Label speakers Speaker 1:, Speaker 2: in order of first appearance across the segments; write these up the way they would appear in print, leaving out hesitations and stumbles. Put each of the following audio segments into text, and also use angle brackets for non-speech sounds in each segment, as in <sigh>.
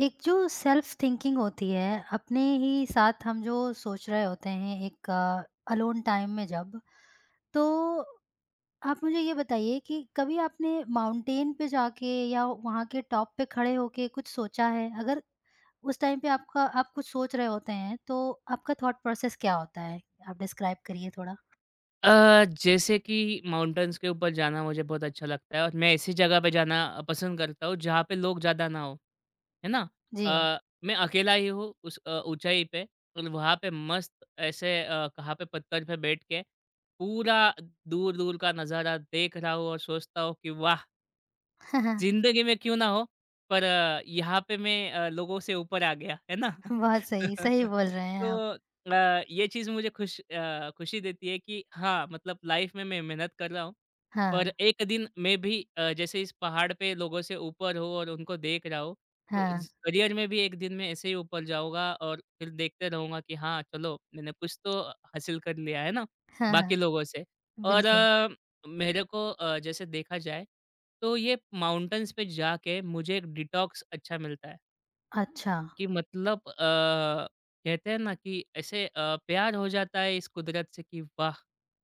Speaker 1: एक जो self thinking होती है, अपने ही साथ हम जो सोच रहे होते हैं एक अलोन टाइम में जब, तो आप मुझे ये बताइए कि कभी आपने माउंटेन पे जाके या वहाँ के टॉप पे खड़े होके कुछ सोचा है? अगर उस टाइम पे आपका आप कुछ सोच रहे होते हैं, तो आपका थॉट प्रोसेस क्या होता है? आप डिस्क्राइब करिए थोड़ा।
Speaker 2: जैसे कि माउंटेन्स के ऊपर जाना मुझे बहुत अच्छा लगता है और मैं ऐसी जगह पे जाना पसंद करता हूँ जहाँ पे लोग ज़्यादा ना हो, है ना?
Speaker 1: जी।
Speaker 2: अ, मैं अकेला ही हूँ उस ऊँचाई पे और वहाँ पे मस्त ऐसे कहाँ पे पत्थर पे बैठ के पूरा दूर-दूर का नज़ारा देख रहा हूँ और सोचता हूँ कि वाह!
Speaker 1: <laughs>
Speaker 2: ज़िंदगी में क्यों ना हो, पर यहाँ पे मैं लोगों से ऊपर आ गया, है ना?
Speaker 1: बहुत सही, सही
Speaker 2: <laughs>
Speaker 1: बोल रहे हैं आप।
Speaker 2: तो ये चीज़ मुझे खुशी देती है कि हाँ, मतलब लाइफ़ में मैं मेहनत कर रहा हूँ
Speaker 1: हाँ,
Speaker 2: पर एक दिन मैं भी जैसे इस पहाड़ पे लोगों से ऊपर हो और उनको देख रहा हो, तो
Speaker 1: हाँ।
Speaker 2: ज़ करियर में भी एक दिन मैं ऐसे ही ऊपर जाऊँगा और फिर देखते रहूँगा कि हाँ, चलो मैंने कुछ तो हासिल कर लिया है ना,
Speaker 1: हाँ, हाँ।
Speaker 2: बाकी लोगों से। और
Speaker 1: बिल्कुल।
Speaker 2: मेरे को जैसे देखा जाए, तो ये माउंटेन्स पे जाके मुझे एक डिटॉक्स अच्छा मिलता है।
Speaker 1: अच्छा।
Speaker 2: कि मतलब कहते हैं ना कि ऐसे प्यार हो जाता है इस कुदरत से कि वाह!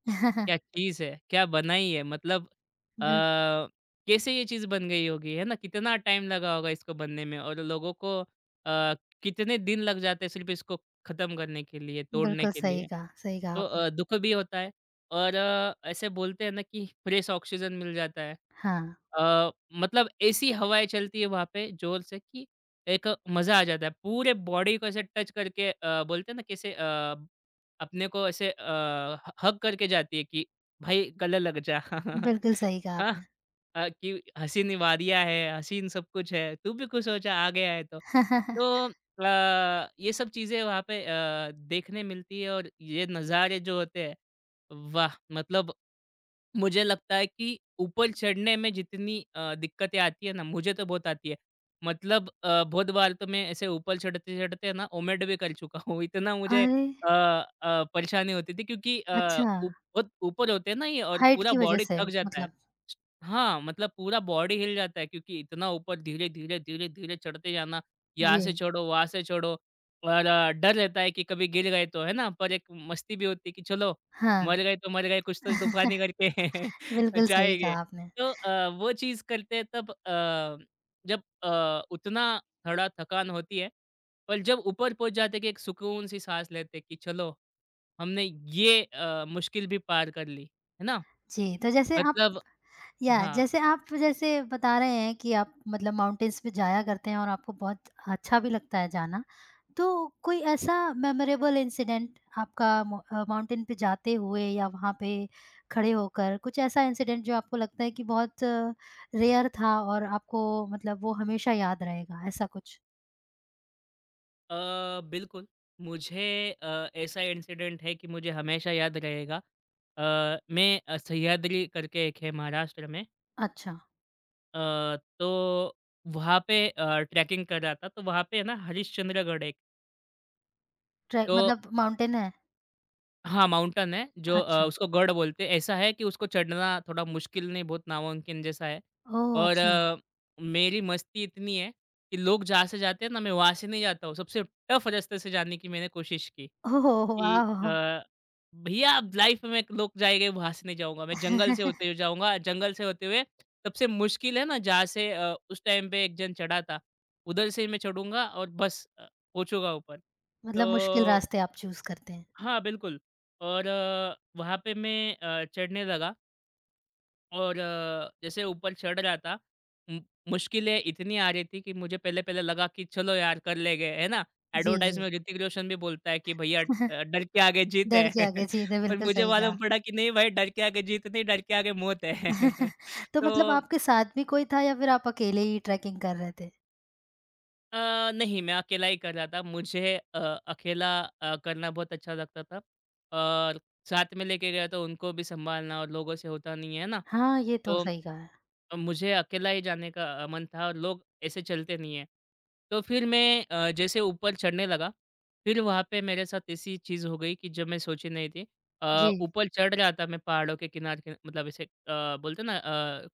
Speaker 1: <laughs>
Speaker 2: क्या चीज़ है, क्या बनाई है मतलब
Speaker 1: बिल्कुल।
Speaker 2: कैसे ये चीज़ बन गई होगी, है ना? कितना टाइम लगा होगा इसको बनने में और लोगों को कितने दिन लग जाते हैं सिर्फ़ इसको ख़त्म करने के लिए, तोड़ने
Speaker 1: बिल्कुल
Speaker 2: के
Speaker 1: सही
Speaker 2: लिए।
Speaker 1: कहा सही कहा
Speaker 2: तो
Speaker 1: आपने।
Speaker 2: दुःख भी होता है और ऐसे बोलते हैं ना कि फ्रेश ऑक्सीजन मिल जाता है।
Speaker 1: हाँ,
Speaker 2: अ, मतलब ऐसी हवाएँ चलती है वहाँ पे ज़ोर से कि एक मज़ा आ जाता है। पूरे बॉडी को ऐसे टच करके बोलते हैं ना कैसे अपने को ऐसे ह हग करके जाती है कि भाई गले लग जा। <laughs>
Speaker 1: बिल्कुल सही कहा
Speaker 2: हाँ,
Speaker 1: आपने।
Speaker 2: कि हसीन वादियाँ है, हसीन सब कुछ है, तू भी खुश हो जा आ गया है तो।
Speaker 1: <laughs>
Speaker 2: तो ये सब चीज़ें वहाँ पे देखने मिलती है और ये नज़ारे जो होते हैं, वाह! मतलब मुझे लगता है कि ऊपर चढ़ने में जितनी दिक्कतें आती है ना मुझे तो बहुत आती है। मतलब बहुत बार तो मैं ऐसे ऊपर चढ़ते-चढ़ते ना वोमिट भी कर चुका हूँ। <laughs> इतना
Speaker 1: अरे!
Speaker 2: परेशानी होती थी क्योंकि
Speaker 1: अच्छा,
Speaker 2: ऊप बहुत ऊपर होते हैं ना ये और
Speaker 1: हाइट
Speaker 2: पूरा
Speaker 1: की वज़ह
Speaker 2: बॉडी
Speaker 1: से
Speaker 2: थक जाता है।
Speaker 1: मतलब।
Speaker 2: हाँ, मतलब पूरा बॉडी हिल जाता है क्योंकि इतना ऊपर धीरे-धीरे, धीरे-धीरे चढ़ते जाना, यहाँ
Speaker 1: जी।
Speaker 2: से चढ़ो, वहाँ से चढ़ो और डर रहता है कि कभी गिर गए तो, है ना? पर एक मस्ती भी होती है कि चलो मर
Speaker 1: हाँ,
Speaker 2: गए तो मर गए, कुछ तो तूफ़ानी करके <laughs>
Speaker 1: बिल्कुल सही
Speaker 2: जाएँगे।
Speaker 1: कहा आपने।
Speaker 2: तो वो चीज़ करते हैं जब उतना थोड़ा थकान होती है, पर जब ऊपर पहुँच जाते हैं कि एक सुकून सी साँस लेते हैं कि चलो हमने ये मुश्किल भी पार कर ली, है ना?
Speaker 1: जी, तो जैसे आप
Speaker 2: मतलब
Speaker 1: या
Speaker 2: हाँ
Speaker 1: जैसे आप जैसे बता रहे हैं कि आप मतलब माउंटेन्स पे जाया करते हैं और आपको बहुत अच्छा भी लगता है जाना। तो कोई ऐसा मेमोरेबल इंसिडेंट आपका माउंटेन पे जाते हुए या वहाँ पे खड़े होकर कुछ ऐसा इंसिडेंट जो आपको लगता है कि बहुत रेयर था और आपको मतलब वो हमेशा याद रहेगा, ऐसा कुछ?
Speaker 2: बिल्कुल, मुझे ऐसा इंसिडेंट है कि मुझे हमेशा याद रहेगा। मैं सह्याद्री करके एक है महाराष्ट्र में
Speaker 1: अच्छा,
Speaker 2: तो वहाँ पे ट्रैकिंग कर रहा था, तो वहाँ पे है ना हरिश्चंद्रगढ़ एक।
Speaker 1: ट्रे
Speaker 2: तो
Speaker 1: मतलब माउंटेन है?
Speaker 2: हाँ, माउंटेन है जो
Speaker 1: अच्छा।
Speaker 2: उसको गढ़ बोलते हैं। ऐसा है कि उसको चढ़ना थोड़ा मुश्किल नहीं बहुत नामुमकिन जैसा है
Speaker 1: ओह!
Speaker 2: और
Speaker 1: अच्छा।
Speaker 2: मेरी मस्ती इतनी है कि लोग जहाँ से जाते हैं ना मैं वहाँ से नहीं जाता हूँ। सबसे टफ रास्ते से जाने की मैंने कोशिश की
Speaker 1: ओह!
Speaker 2: कि
Speaker 1: वाह!
Speaker 2: अ, भैया आप लाइफ में लोग जाएँगे वहाँ से नहीं जाऊँगा। मैं जंगल से होते हुए
Speaker 1: <laughs>
Speaker 2: जाऊँगा, जंगल से होते हुए सबसे मुश्किल है ना जहाँ से उस टाइम पे एक जन चढ़ा था, उधर से ही मैं चढ़ूँगा और बस पहुँचूँगा ऊपर।
Speaker 1: मतलब मुश्किल
Speaker 2: तो
Speaker 1: रास्ते आप चूज़ करते हैं।
Speaker 2: हाँ, बिल्कुल। और वहाँ पे मैं चढ़ने लगा और जैसे ऊपर चढ़ रहा था, मु मुश्किलें इतनी आ रही थी कि मुझे पहले-पहले लगा कि चलो यार कर लेंगे, है ना?
Speaker 1: जी,
Speaker 2: एडवर्टाइज़
Speaker 1: जी।
Speaker 2: में ऋतिक रोशन भी बोलता है कि भैया
Speaker 1: <laughs>
Speaker 2: डर के आगे जीत है।
Speaker 1: डर के
Speaker 2: <laughs>
Speaker 1: आगे जीत है,
Speaker 2: पर
Speaker 1: बिल्कुल
Speaker 2: मुझे
Speaker 1: सही
Speaker 2: मालूम
Speaker 1: कहा।
Speaker 2: पड़ा कि नहीं भाई डर के आगे जीत नहीं, डर के आगे मौत है। <laughs>
Speaker 1: <laughs> तो मतलब
Speaker 2: तो
Speaker 1: आपके साथ भी कोई था या फिर आप अकेले ही ट्रैकिंग कर रहे थे?
Speaker 2: नहीं, मैं अकेला ही कर रहा था। मुझे अकेला करना बहुत अच्छा लगता था और साथ में लेके गया तो उनको भी सँभालना और लोगों से होता नहीं है ना,
Speaker 1: हाँ, ये तो
Speaker 2: तो
Speaker 1: सही कहा है।
Speaker 2: मुझे अकेला ही जाने का मन था और लोग ऐसे चलते नहीं हैं। तो फिर मैं जैसे ऊपर चढ़ने लगा, फिर वहाँ पे मेरे साथ ऐसी चीज़ हो गई कि जो मैं सोची नहीं थी।
Speaker 1: जी।
Speaker 2: ऊपर चढ़ रहा था मैं पहाड़ों के किनारे-किनारे मतलब ऐसे बोलते हैं ना,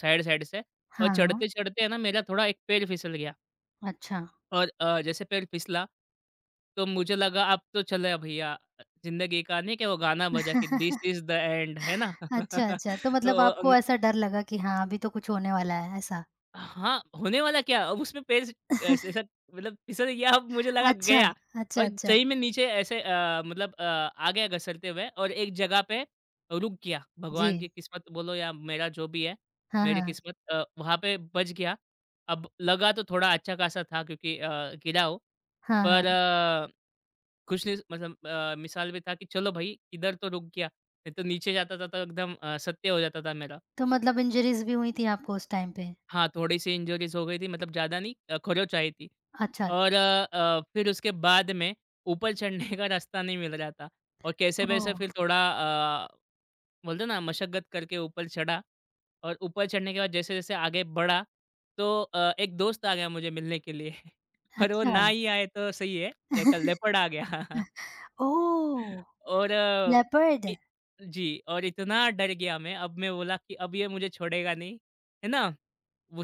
Speaker 2: साइड-साइड से। और
Speaker 1: हाँ,
Speaker 2: चढ़ते-चढ़ते है ना मेरा थोड़ा एक पैर फिसल गया।
Speaker 1: अच्छा।
Speaker 2: और जैसे पैर फिसला, तो मुझे लगा अब तो चला भईया ज़िंदगी का नहीं क्या वो गाना बजा कि दिस
Speaker 1: <laughs>
Speaker 2: इज़ द एंड है ना?
Speaker 1: अच्छा,
Speaker 2: <laughs>
Speaker 1: अच्छा, तो मतलब
Speaker 2: तो
Speaker 1: आपको ऐसा डर लगा कि हाँ, अभी तो कुछ होने वाला है, ऐसा?
Speaker 2: हाँ, होने वाला क्या? अब उसमें पैर स ऐसे ऐसा मतलब फिसल गया अब मुझे लगा
Speaker 1: अच्छा,
Speaker 2: गया। और
Speaker 1: अच्छा, अच्छा।
Speaker 2: सही में नीचे ऐसे मतलब आ गया घसरते हुए और एक जगह पे रुक गया।
Speaker 1: जी।
Speaker 2: भगवान की किस्मत बोलो या मेरा जो भी है,
Speaker 1: हाँ,
Speaker 2: मेरी
Speaker 1: हाँ।
Speaker 2: किस्मत वहाँ पे बच गया। अब लगा तो थोड़ा अच्छा-खासा था क्योंकि गिरा वो।
Speaker 1: हाँ,
Speaker 2: पर
Speaker 1: हाँ।
Speaker 2: कुछ नहीं मतलब मिसाल में था कि चलो भाई इधर तो रुक गया, नहीं तो नीचे जाता-जाता एकदम सत्य हो जाता था मेरा।
Speaker 1: तो मतलब इंजरीज़ भी हुई थी आपको उस टाइम पे?
Speaker 2: हाँ, थोड़ी-सी इंजरीज़ हो गई थी मतलब ज़्यादा नहीं, खरोंच आई थी
Speaker 1: अच्छा, अच्छा।
Speaker 2: और फिर उसके बाद में ऊपर चढ़ने का रास्ता नहीं मिल रहा था और कैसे-वैसे
Speaker 1: ओह!
Speaker 2: फिर थोड़ा अ, बोलते हैं ना मशक्कत करके ऊपर चढ़ा। और ऊपर चढ़ने के बाद जैसे-जैसे आगे बढ़ा तो एक दोस्त आ गया मुझे मिलने के लिए। <laughs> और वो
Speaker 1: अच्छा।
Speaker 2: ना ही आए तो सही है, एक
Speaker 1: <laughs>
Speaker 2: लेपर्ड आ गया। <laughs>
Speaker 1: ओह!
Speaker 2: और
Speaker 1: लेपर्ड?
Speaker 2: इ जी, और इतना डर गया मैं। अब मैं बोला कि अब ये मुझे छोड़ेगा नहीं, है ना?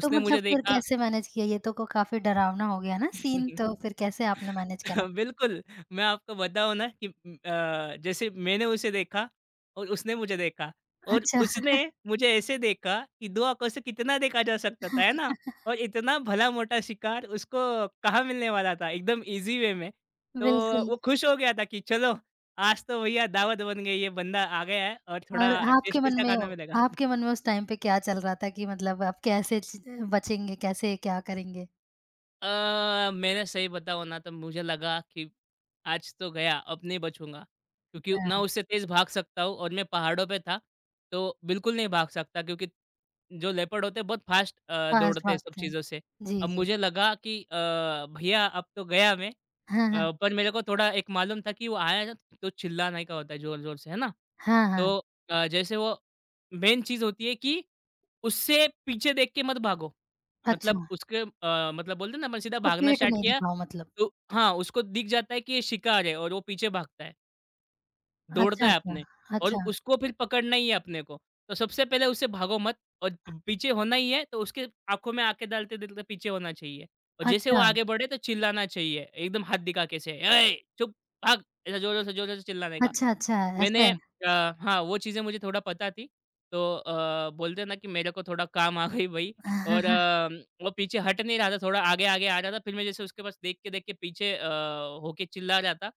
Speaker 1: तो मतलब
Speaker 2: मुझे
Speaker 1: फिर
Speaker 2: देखा।
Speaker 1: कैसे मैनेज किया? ये तो को काफ़ी डरावना हो गया ना सीन, तो
Speaker 2: <laughs>
Speaker 1: फिर कैसे आपने मैनेज करा?
Speaker 2: <laughs> बिल्कुल, मैं आपको बताऊँ ना कि जैसे मैंने उसे देखा और उसने मुझे देखा और
Speaker 1: अच्छा,
Speaker 2: उसने मुझे ऐसे देखा कि 2 आँखों से कितना देखा जा सकता था, है
Speaker 1: <laughs>
Speaker 2: ना? और इतना भला-मोटा शिकार उसको कहाँ मिलने वाला था एकदम ईज़ी वे में। तो
Speaker 1: बिल्कुल।
Speaker 2: वो खुश हो गया था कि चलो आज तो भैया दावत बन गई है, बंदा आ गया है और
Speaker 1: और
Speaker 2: थोड़ा
Speaker 1: आपके
Speaker 2: टेस्टी
Speaker 1: मन
Speaker 2: सा
Speaker 1: में
Speaker 2: खाना मिलेगा।
Speaker 1: आपके मन में उस टाइम पे क्या चल रहा था कि मतलब आप कैसे च बचेंगे, कैसे क्या करेंगे?
Speaker 2: मैंने सही बताऊँ ना तो मुझे लगा कि आज तो गया, अब नहीं बचूँगा। क्योंकि ना
Speaker 1: हाँ,
Speaker 2: उससे तेज़ भाग सकता हूँ और मैं पहाड़ों पे था, तो बिल्कुल नहीं भाग सकता क्योंकि जो लेपर्ड होते हैं बहुत फास्ट
Speaker 1: फास्ट
Speaker 2: दौड़ते हैं सब
Speaker 1: भागते हैं।
Speaker 2: चीज़ों से।
Speaker 1: जी,
Speaker 2: अब
Speaker 1: जी।
Speaker 2: मुझे लगा कि भैया अब तो गया मैं।
Speaker 1: हाँ, हाँ।
Speaker 2: पर मेरे को थोड़ा एक मालूम था कि वो आया ना तो चिल्लाने का होता है ज़ोर-ज़ोर से, है ना?
Speaker 1: हाँ,
Speaker 2: तो
Speaker 1: हाँ।
Speaker 2: जैसे वो मेन चीज़ होती है कि उससे पीछे देख के मत भागो। मतलब
Speaker 1: अच्छा,
Speaker 2: उसके मतलब बोलते हैं ना अपन सीधा
Speaker 1: उसको
Speaker 2: भागना
Speaker 1: पीठ
Speaker 2: स्टार्ट
Speaker 1: नहीं
Speaker 2: किया,
Speaker 1: दिखाओ मतलब।
Speaker 2: तो हाँ, उसको दिख जाता है कि ये शिकार है और वो पीछे भागता है,
Speaker 1: अच्छा,
Speaker 2: दौड़ता है
Speaker 1: अच्छा।
Speaker 2: अपने और
Speaker 1: अच्छा,
Speaker 2: उसको फिर पकड़ना ही है अपने को। तो सबसे पहले उससे भागो मत और प पीछे होना ही है, तो उसके आँखों में आँखें डालते-डालते पीछे होना चाहिए और जैसे वो
Speaker 1: अच्छा।
Speaker 2: आगे बढ़े तो चिल्लाना चाहिए, एकदम हाथ दिखा के ऐसे, "ऐ, चुप, भाग!" ऐसा ज़ोर-ज़ोर से चिल्लाने का।
Speaker 1: अच्छा, अच्छा। ऐसे।
Speaker 2: मैंने अ, हाँ, वो चीज़ें मुझे थोड़ा पता थी। तो बोलते हैं ना कि मेरे को थोड़ा काम आ गई वही। और
Speaker 1: <laughs>
Speaker 2: वो पीछे हट नहीं रहा था, थोड़ा आगे-आगे आ रहा था। फिर मैं जैसे उसके पास देख के पीछे होके चिल्ला रहा था।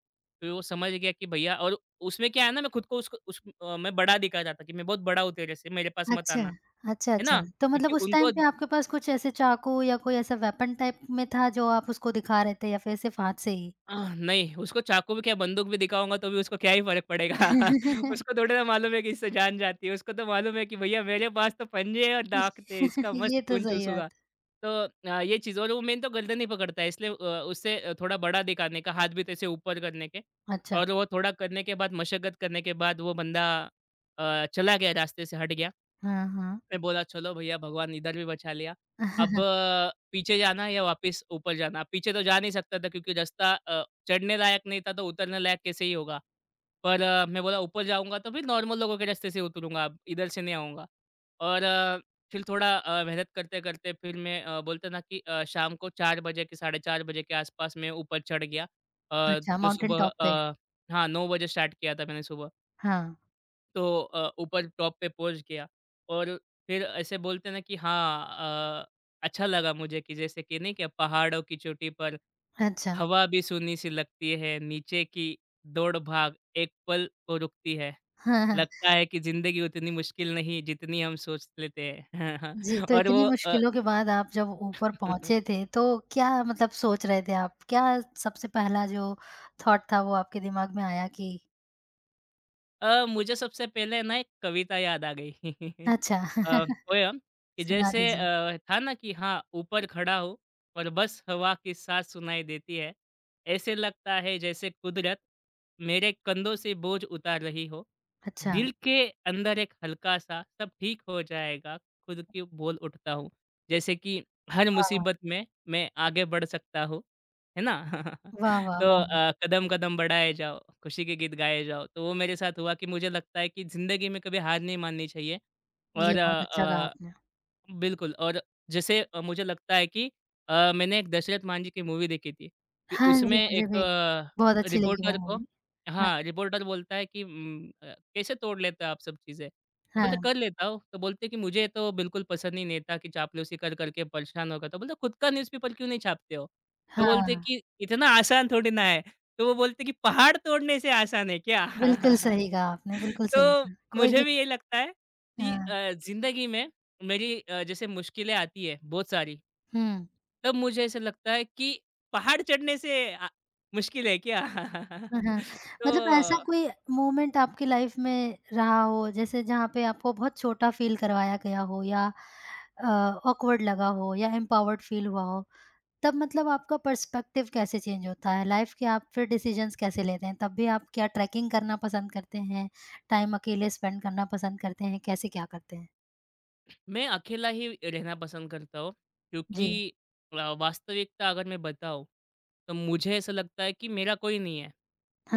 Speaker 2: फिर वो समझ गया कि भैया। और उसमें क्या है ना मैं खुद को उसको मैं बड़ा दिखा रहा था कि मैं बहुत बड़ा हूँ तेरे से, मेरे पास मत
Speaker 1: अच्छा,
Speaker 2: आना,
Speaker 1: अच्छा,
Speaker 2: है
Speaker 1: अच्छा।
Speaker 2: ना?
Speaker 1: तो
Speaker 2: क्योंकि
Speaker 1: मतलब उस
Speaker 2: उनको
Speaker 1: टाइम पे आपके पास कुछ ऐसे चाकू या कोई ऐसा वेपन टाइप में था जो आप उसको दिखा रहे थे या फिर सिर्फ़ हाथ से ही?
Speaker 2: नहीं, उसको चाकू भी क्या बंदूक भी दिखाऊँगा तो भी उसको क्या ही फ़र्क पड़ेगा। <laughs>
Speaker 1: <laughs>
Speaker 2: उसको थोड़ी ना मालूम है कि इससे जान जाती है। उसको तो मालूम है कि भैया मेरे पास तो पंजे हैं और दाँत थे, इसका मस्त
Speaker 1: ये तो
Speaker 2: खून
Speaker 1: सही
Speaker 2: चूसूँगा।
Speaker 1: बात है।
Speaker 2: तो ये चीज़ और वो मेन तो गर्दन ही पकड़ता है इसलिए थोड़ा बड़ा दिखाने का हाथ भी तो ऐसे ऊपर करने के।
Speaker 1: अच्छा,
Speaker 2: और वो थोड़ा करने के बाद मशक्कत करने के बाद वो बंदा चला गया, रास्ते से हट गया।
Speaker 1: हाँ, हाँ।
Speaker 2: मैं बोला चलो भैया भगवान इधर भी बचा लिया। अब
Speaker 1: <laughs>
Speaker 2: पीछे जाना है या वापस ऊपर जाना? पीछे तो जा नहीं सकता था क्योंकि रास्ता चढ़ने लायक नहीं था तो उतरने लायक कैसे ही होगा? पर मैं बोला ऊपर जाऊँगा तो फिर नॉर्मल लोगों के रास्ते से उतरूँगा, अब इधर से नहीं आऊँगा। और फिर थोड़ा मेहनत करते-करते फिर मैं बोलते ना कि शाम को 4 बजे के 4:30 बजे के आसपास मैं ऊपर चढ़ गया।
Speaker 1: अच्छा,
Speaker 2: जो
Speaker 1: माउंटेन
Speaker 2: सुबह
Speaker 1: टॉप पे।
Speaker 2: हाँ, 9 बजे स्टार्ट किया था मैंने सुबह।
Speaker 1: हाँ,
Speaker 2: तो ऊपर टॉप पे पहुँच गया और फिर ऐसे बोलते हैं ना कि हाँ, अच्छा लगा मुझे कि जैसे कि नहीं क्या, पहाड़ों की चोटी पर
Speaker 1: अच्छा।
Speaker 2: हवा भी सूनी सी लगती है, नीचे की दौड़ भाग एक पल को रुकती है।
Speaker 1: <laughs> हाँ, हाँ।
Speaker 2: लगता है कि ज़िंदगी उतनी मुश्किल नहीं जितनी हम सोच लेते हैं।
Speaker 1: जी,
Speaker 2: <laughs>
Speaker 1: तो
Speaker 2: और
Speaker 1: इतनी
Speaker 2: वो
Speaker 1: मुश्किलों के बाद आप जब ऊपर पहुँचे
Speaker 2: <laughs>
Speaker 1: थे तो क्या मतलब सोच रहे थे आप? क्या सबसे पहला जो थॉट था वो आपके दिमाग में आया कि?
Speaker 2: मुझे सबसे पहले ना एक कविता याद आ गई। <laughs>
Speaker 1: अच्छा,
Speaker 2: अ, पोयम
Speaker 1: <laughs>
Speaker 2: कि
Speaker 1: सुना
Speaker 2: जैसे
Speaker 1: दीजिए।
Speaker 2: था ना कि हाँ, ऊपर खड़ा हूँ और बस हवा की साँस सुनाई देती है। ऐसे लगता है जैसे कुदरत मेरे कंधों से बोझ उतार रही हो।
Speaker 1: अच्छा,
Speaker 2: दिल के अंदर एक हल्का-सा सब ठीक हो जाएगा खुद की बोल उठता हूँ। जैसे कि हर
Speaker 1: वाह, वाह!
Speaker 2: मुसीबत में मैं आगे बढ़ सकता हूँ। है ना?
Speaker 1: वाह,
Speaker 2: <laughs> तो
Speaker 1: वाह!
Speaker 2: कदम-कदम बढ़ाए जाओ, खुशी के गीत गाए जाओ। तो वो मेरे साथ हुआ कि मुझे लगता है कि ज़िंदगी में कभी हार नहीं माननी चाहिए। But
Speaker 1: ये बहुत अच्छा कहा आपने।
Speaker 2: बिल्कुल। और जैसे मुझे लगता है कि मैंने एक दशरथ मान जी की मूवी देखी थी कि
Speaker 1: हाँ
Speaker 2: उसमें
Speaker 1: जी, मुझे
Speaker 2: एक
Speaker 1: भी बहुत अच्छी लगी वो
Speaker 2: रिपोर्टर को।
Speaker 1: मूवी। हाँ,
Speaker 2: हाँ, रिपोर्टर बोलता है कि कैसे तोड़ लेते हो आप सब चीज़ें? तो बोलते
Speaker 1: हाँ,
Speaker 2: कर लेता हूँ। तो बोलते कि मुझे तो बिल्कुल पसंद ही नहीं था, कि चापलूसी कर कर के परेशान हो गया था। बोलते खुद का न्यूज़पेपर क्यों नहीं छापते हो? तो बोलते
Speaker 1: हाँ।
Speaker 2: कि इतना आसान थोड़ी ना है। तो वो बोलते कि पहाड़ तोड़ने से आसान है क्या?
Speaker 1: बिल्कुल
Speaker 2: <laughs>
Speaker 1: सही कहा आपने, बिल्कुल सही
Speaker 2: तो
Speaker 1: कहा। कोई
Speaker 2: मुझे
Speaker 1: भी
Speaker 2: भी ये लगता है कि
Speaker 1: हाँ,
Speaker 2: ज़िंदगी में मेरी जैसे मुश्किलें आती है बहुत सारी।
Speaker 1: हुँ।
Speaker 2: तब मुझे ऐसा लगता है कि पहाड़ चढ़ने से मुश्किल है क्या?
Speaker 1: हाँ, हाँ।
Speaker 2: <laughs> तो
Speaker 1: मतलब ऐसा कोई मोमेंट आपकी लाइफ़ में रहा हो जैसे जहाँ पे आपको बहुत छोटा फ़ील करवाया गया हो या अ, ऑकवर्ड लगा हो या एम्पावर्ड फ़ील हुआ हो? तब मतलब आपका पर्सपेक्टिव कैसे चेंज होता है? लाइफ़ के आप फिर डिसीजंस कैसे लेते हैं? तब भी आप क्या ट्रैकिंग करना पसंद करते हैं? टाइम अकेले स्पेंड करना पसंद करते हैं? कैसे क्या करते हैं?
Speaker 2: मैं अकेला ही रहना पसंद करता हूँ क्योंकि
Speaker 1: जी।
Speaker 2: वास्तविकता अगर मैं बताऊँ, तो मुझे ऐसा लगता है कि मेरा कोई नहीं है।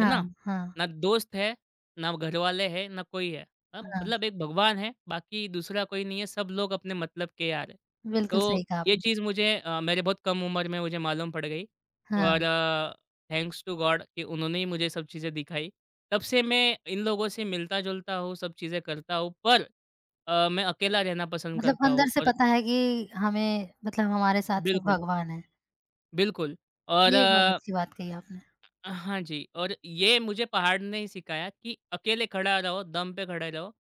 Speaker 2: है ना?
Speaker 1: हाँ,
Speaker 2: ना दोस्त है, ना घरवाले हैं, ना कोई है।
Speaker 1: हाँ।
Speaker 2: मतलब एक भगवान है, बाकी दूसरा कोई नहीं है, सब लोग अपने मतलब के यार हैं।
Speaker 1: बिल्कुल
Speaker 2: तो
Speaker 1: सही कहा
Speaker 2: ये
Speaker 1: आपने।
Speaker 2: चीज़ मुझे मेरे बहुत कम उम्र में मुझे मालूम पड़ गई,
Speaker 1: हाँ,
Speaker 2: और थैंक्स टू गॉड कि उन्होंने ही मुझे ये सब चीज़ें दिखाई। तब से मैं इन लोगों से मिलता-जुलता हूँ, सब चीज़ें करता हूँ, पर मैं अकेला रहना पसंद
Speaker 1: मतलब
Speaker 2: करता हूँ
Speaker 1: अंदर से
Speaker 2: और
Speaker 1: पता है कि हमें मतलब हमारे साथ सिर्फ़
Speaker 2: बिल्कुल,
Speaker 1: भगवान है।
Speaker 2: बिल्कुल। और
Speaker 1: ये बहुत अच्छी बात कही आपने।
Speaker 2: हाँ जी, और ये मुझे पहाड़ ने ही सिखाया कि अकेले खड़ा रहो, दम पे खड़े रहो।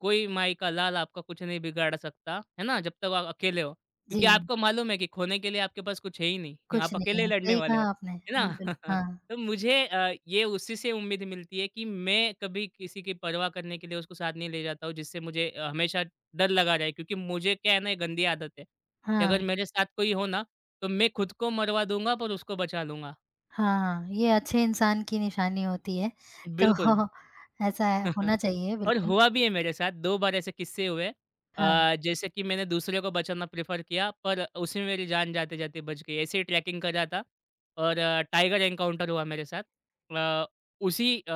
Speaker 2: कोई माई का लाल आपका कुछ नहीं बिगाड़ सकता, है ना? जब तक आप अकेले हो।
Speaker 1: जी,
Speaker 2: क्योंकि आपको मालूम है कि खोने के लिए आपके पास कुछ है ही नहीं। <laughs>
Speaker 1: कुछ
Speaker 2: आप
Speaker 1: नहीं
Speaker 2: अकेले ही
Speaker 1: है।
Speaker 2: लड़ने
Speaker 1: सही
Speaker 2: वाले हो,
Speaker 1: कहा आपने,
Speaker 2: है ना?
Speaker 1: बिल्कुल।
Speaker 2: <laughs>
Speaker 1: हाँ,
Speaker 2: तो मुझे ये उसी से उम्मीद मिलती है कि मैं कभी किसी की परवाह करने के लिए उसको साथ नहीं ले जाता हूँ, जिससे मुझे हमेशा डर लगा रहे। क्योंकि मुझे क्या है ना, ये गंदी आदत है कि
Speaker 1: हाँ,
Speaker 2: अगर मेरे साथ कोई हो ना, तो मैं खुद को मरवा दूँगा पर उसको बचा लूँगा।
Speaker 1: हाँ, हाँ। ये अच्छे इंसान की निशानी होती है।
Speaker 2: बिल्कुल।
Speaker 1: तो <laughs> ऐसा होना
Speaker 2: <laughs>
Speaker 1: चाहिए
Speaker 2: और
Speaker 1: बिल्कुल।
Speaker 2: हुआ भी है मेरे साथ, 2 बार ऐसे किस्से हुए
Speaker 1: हाँ,
Speaker 2: जैसे कि मैंने दूसरे को बचाना प्रेफ़र किया, पर उसी में मेरी जान जाते-जाते बच गई। ऐसे ही ट्रैकिंग कर रहा था और टाइगर एनकाउंटर हुआ मेरे साथ। अ, उसी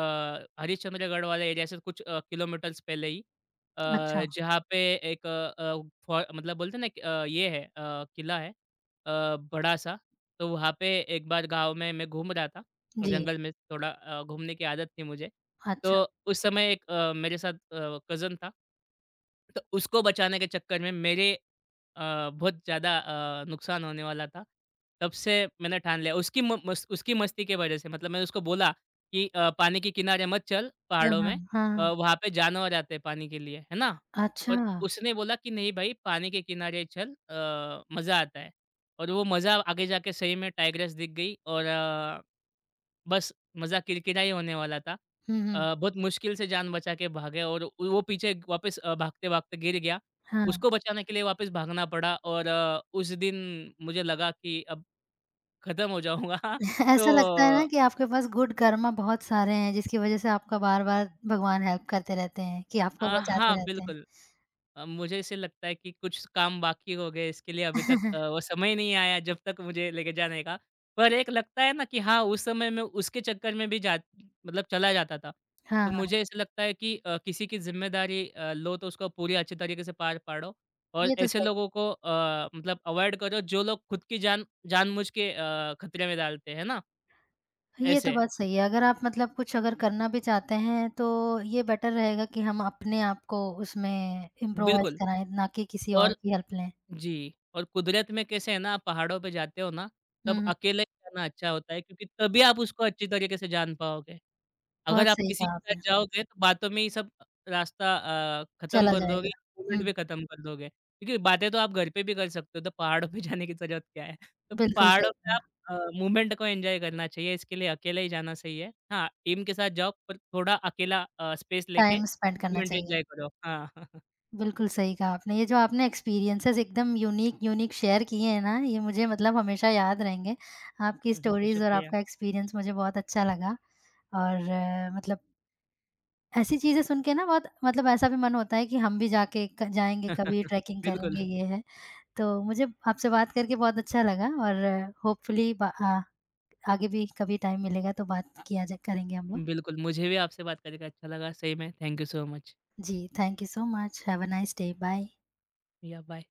Speaker 2: हरिश्चंद्रगढ़ वाले एरिया से कुछ किलोमीटर्स पहले ही,
Speaker 1: अच्छा,
Speaker 2: अ, जहाँ पे एक फ़ो मतलब बोलते हैं ना कि ये है, किला है बड़ा-सा। तो वहाँ पे एक बार गाँव में मैं घूम रहा था,
Speaker 1: जी,
Speaker 2: जंगल में थोड़ा घूमने की आदत थी मुझे।
Speaker 1: अच्छा,
Speaker 2: तो उस समय एक मेरे साथ कज़न था, तो उसको बचाने के चक्कर में मेरे बहुत ज़्यादा नुकसान होने वाला था। तब से मैंने ठान लिया, उसकी म मस उसकी मस्ती के वज़ह से मतलब मैंने उसको बोला कि "पानी के किनारे मत चल
Speaker 1: हाँ,
Speaker 2: पहाड़ों
Speaker 1: हाँ,
Speaker 2: में,
Speaker 1: हाँ, हाँ,
Speaker 2: वहाँ पे जानवर आते हैं पानी के लिए, है ना?"
Speaker 1: अच्छा,
Speaker 2: पर उसने बोला कि "नहीं भाई, पानी के किनारे चल मज़ा आता है।" और वो मज़ा आगे जाके सही में टाइग्रेस दिख गई, और बस मज़ा किरकिरा ही होने वाला था।
Speaker 1: हुँ, हुँ,
Speaker 2: बहुत मुश्किल से जान बचा के भागे, और वो पीछे वापस भागते-भागते गिर गया।
Speaker 1: हाँ।
Speaker 2: उसको बचाने के लिए वापस भागना पड़ा, और उस दिन मुझे लगा कि अब खत्म हो जाऊँगा। <laughs>
Speaker 1: <laughs>
Speaker 2: तो
Speaker 1: ऐसा लगता है ना कि आपके पास गुड कर्मा बहुत सारे हैं, जिसकी वजह से आपका बार-बार भगवान हेल्प करते रहते हैं, कि आपको
Speaker 2: हाँ,
Speaker 1: बचाते रहते हैं।
Speaker 2: बिल्कुल। मुझे ऐसे लगता है कि कुछ काम बाकी हो गए इसके लिए, अभी तक वो
Speaker 1: <laughs>
Speaker 2: समय नहीं आया जब तक मुझे लेके जाने का। पर एक लगता है ना कि हाँ, उस समय में उसके चक्कर में भी जा, मतलब चला जाता था।
Speaker 1: हाँ,
Speaker 2: तो
Speaker 1: हाँ,
Speaker 2: मुझे ऐसा लगता है कि किसी की ज़िम्मेदारी लो तो उसको पूरी अच्छे तरीके से पार पाड़ो, और
Speaker 1: ये तो
Speaker 2: ऐसे
Speaker 1: सही
Speaker 2: लोगों को मतलब अवॉइड करो जो लोग खुद की जान जानबूझ के खतरे में डालते हैं ना,
Speaker 1: ये तो
Speaker 2: ऐसे।
Speaker 1: बात सही है, अगर आप मतलब कुछ अगर करना भी चाहते हैं, तो ये बेटर रहेगा कि हम अपने आप को उसमें इम्प्रोवाइज़
Speaker 2: बिल्कुल।
Speaker 1: कराएँ, ना कि किसी और
Speaker 2: और
Speaker 1: की हेल्प लें।
Speaker 2: जी, और कुदरत में कैसे है ना, आप पहाड़ों पे जाते हो ना,
Speaker 1: हुँ,
Speaker 2: तब
Speaker 1: हुँ,
Speaker 2: अकेले जाना अच्छा होता है क्योंकि तभी आप उसको अच्छी तरीके से जान पाओगे। अगर
Speaker 1: बहुत
Speaker 2: आप
Speaker 1: सही
Speaker 2: किसी
Speaker 1: कहा
Speaker 2: के
Speaker 1: आपने,
Speaker 2: साथ जाओगे तो बातों में ही सब रास्ता खत्म
Speaker 1: चला
Speaker 2: कर दोगे,
Speaker 1: जाएगा।
Speaker 2: मोमेंट
Speaker 1: हुँ,
Speaker 2: भी खत्म कर दोगे। क्योंकि बातें तो आप घर पे भी कर सकते हो, तो पहाड़ों पे <laughs> जाने की ज़रूरत क्या है? तो
Speaker 1: बिल्कुल सही
Speaker 2: पहाड़ों पे
Speaker 1: कहा,
Speaker 2: आप मूवमेंट को एन्जॉय करना चाहिए, इसके लिए अकेले ही जाना सही है। हाँ, टीम के साथ जाओ पर थोड़ा अकेला स्पेस लेके
Speaker 1: टाइम स्पेंड करना
Speaker 2: मूवमेंट
Speaker 1: चाहिए।
Speaker 2: एन्जॉय करो। हाँ, <laughs>
Speaker 1: बिल्कुल सही कहा आपने। ये जो आपने एक्सपीरियंसेस एकदम यूनिक, यूनिक शेयर किए हैं ना, ये मुझे मतलब हमेशा याद रहेंगे। आपकी
Speaker 2: जी
Speaker 1: स्टोरीज़ और
Speaker 2: शुक्रिया।
Speaker 1: आपका एक्सपीरियंस मुझे बहुत अच्छा लगा और मतलब ऐसी चीज़ें सुन के ना बहुत मतलब ऐसा भी मन होता है कि हम भी जाके क जाएँगे कभी
Speaker 2: <laughs>
Speaker 1: ट्रैकिंग
Speaker 2: बिल्कुल।
Speaker 1: करेंगे, ये है। तो मुझे आपसे बात करके बहुत अच्छा लगा और होपफुली आगे भी कभी टाइम मिलेगा तो बात किया जा करेंगे हम लोग।
Speaker 2: बिल्कुल, मुझे भी आपसे बात करके अच्छा लगा, सही में। Thank you so much.
Speaker 1: जी, thank you so much. Have a nice day. Bye.
Speaker 2: Yeah bye.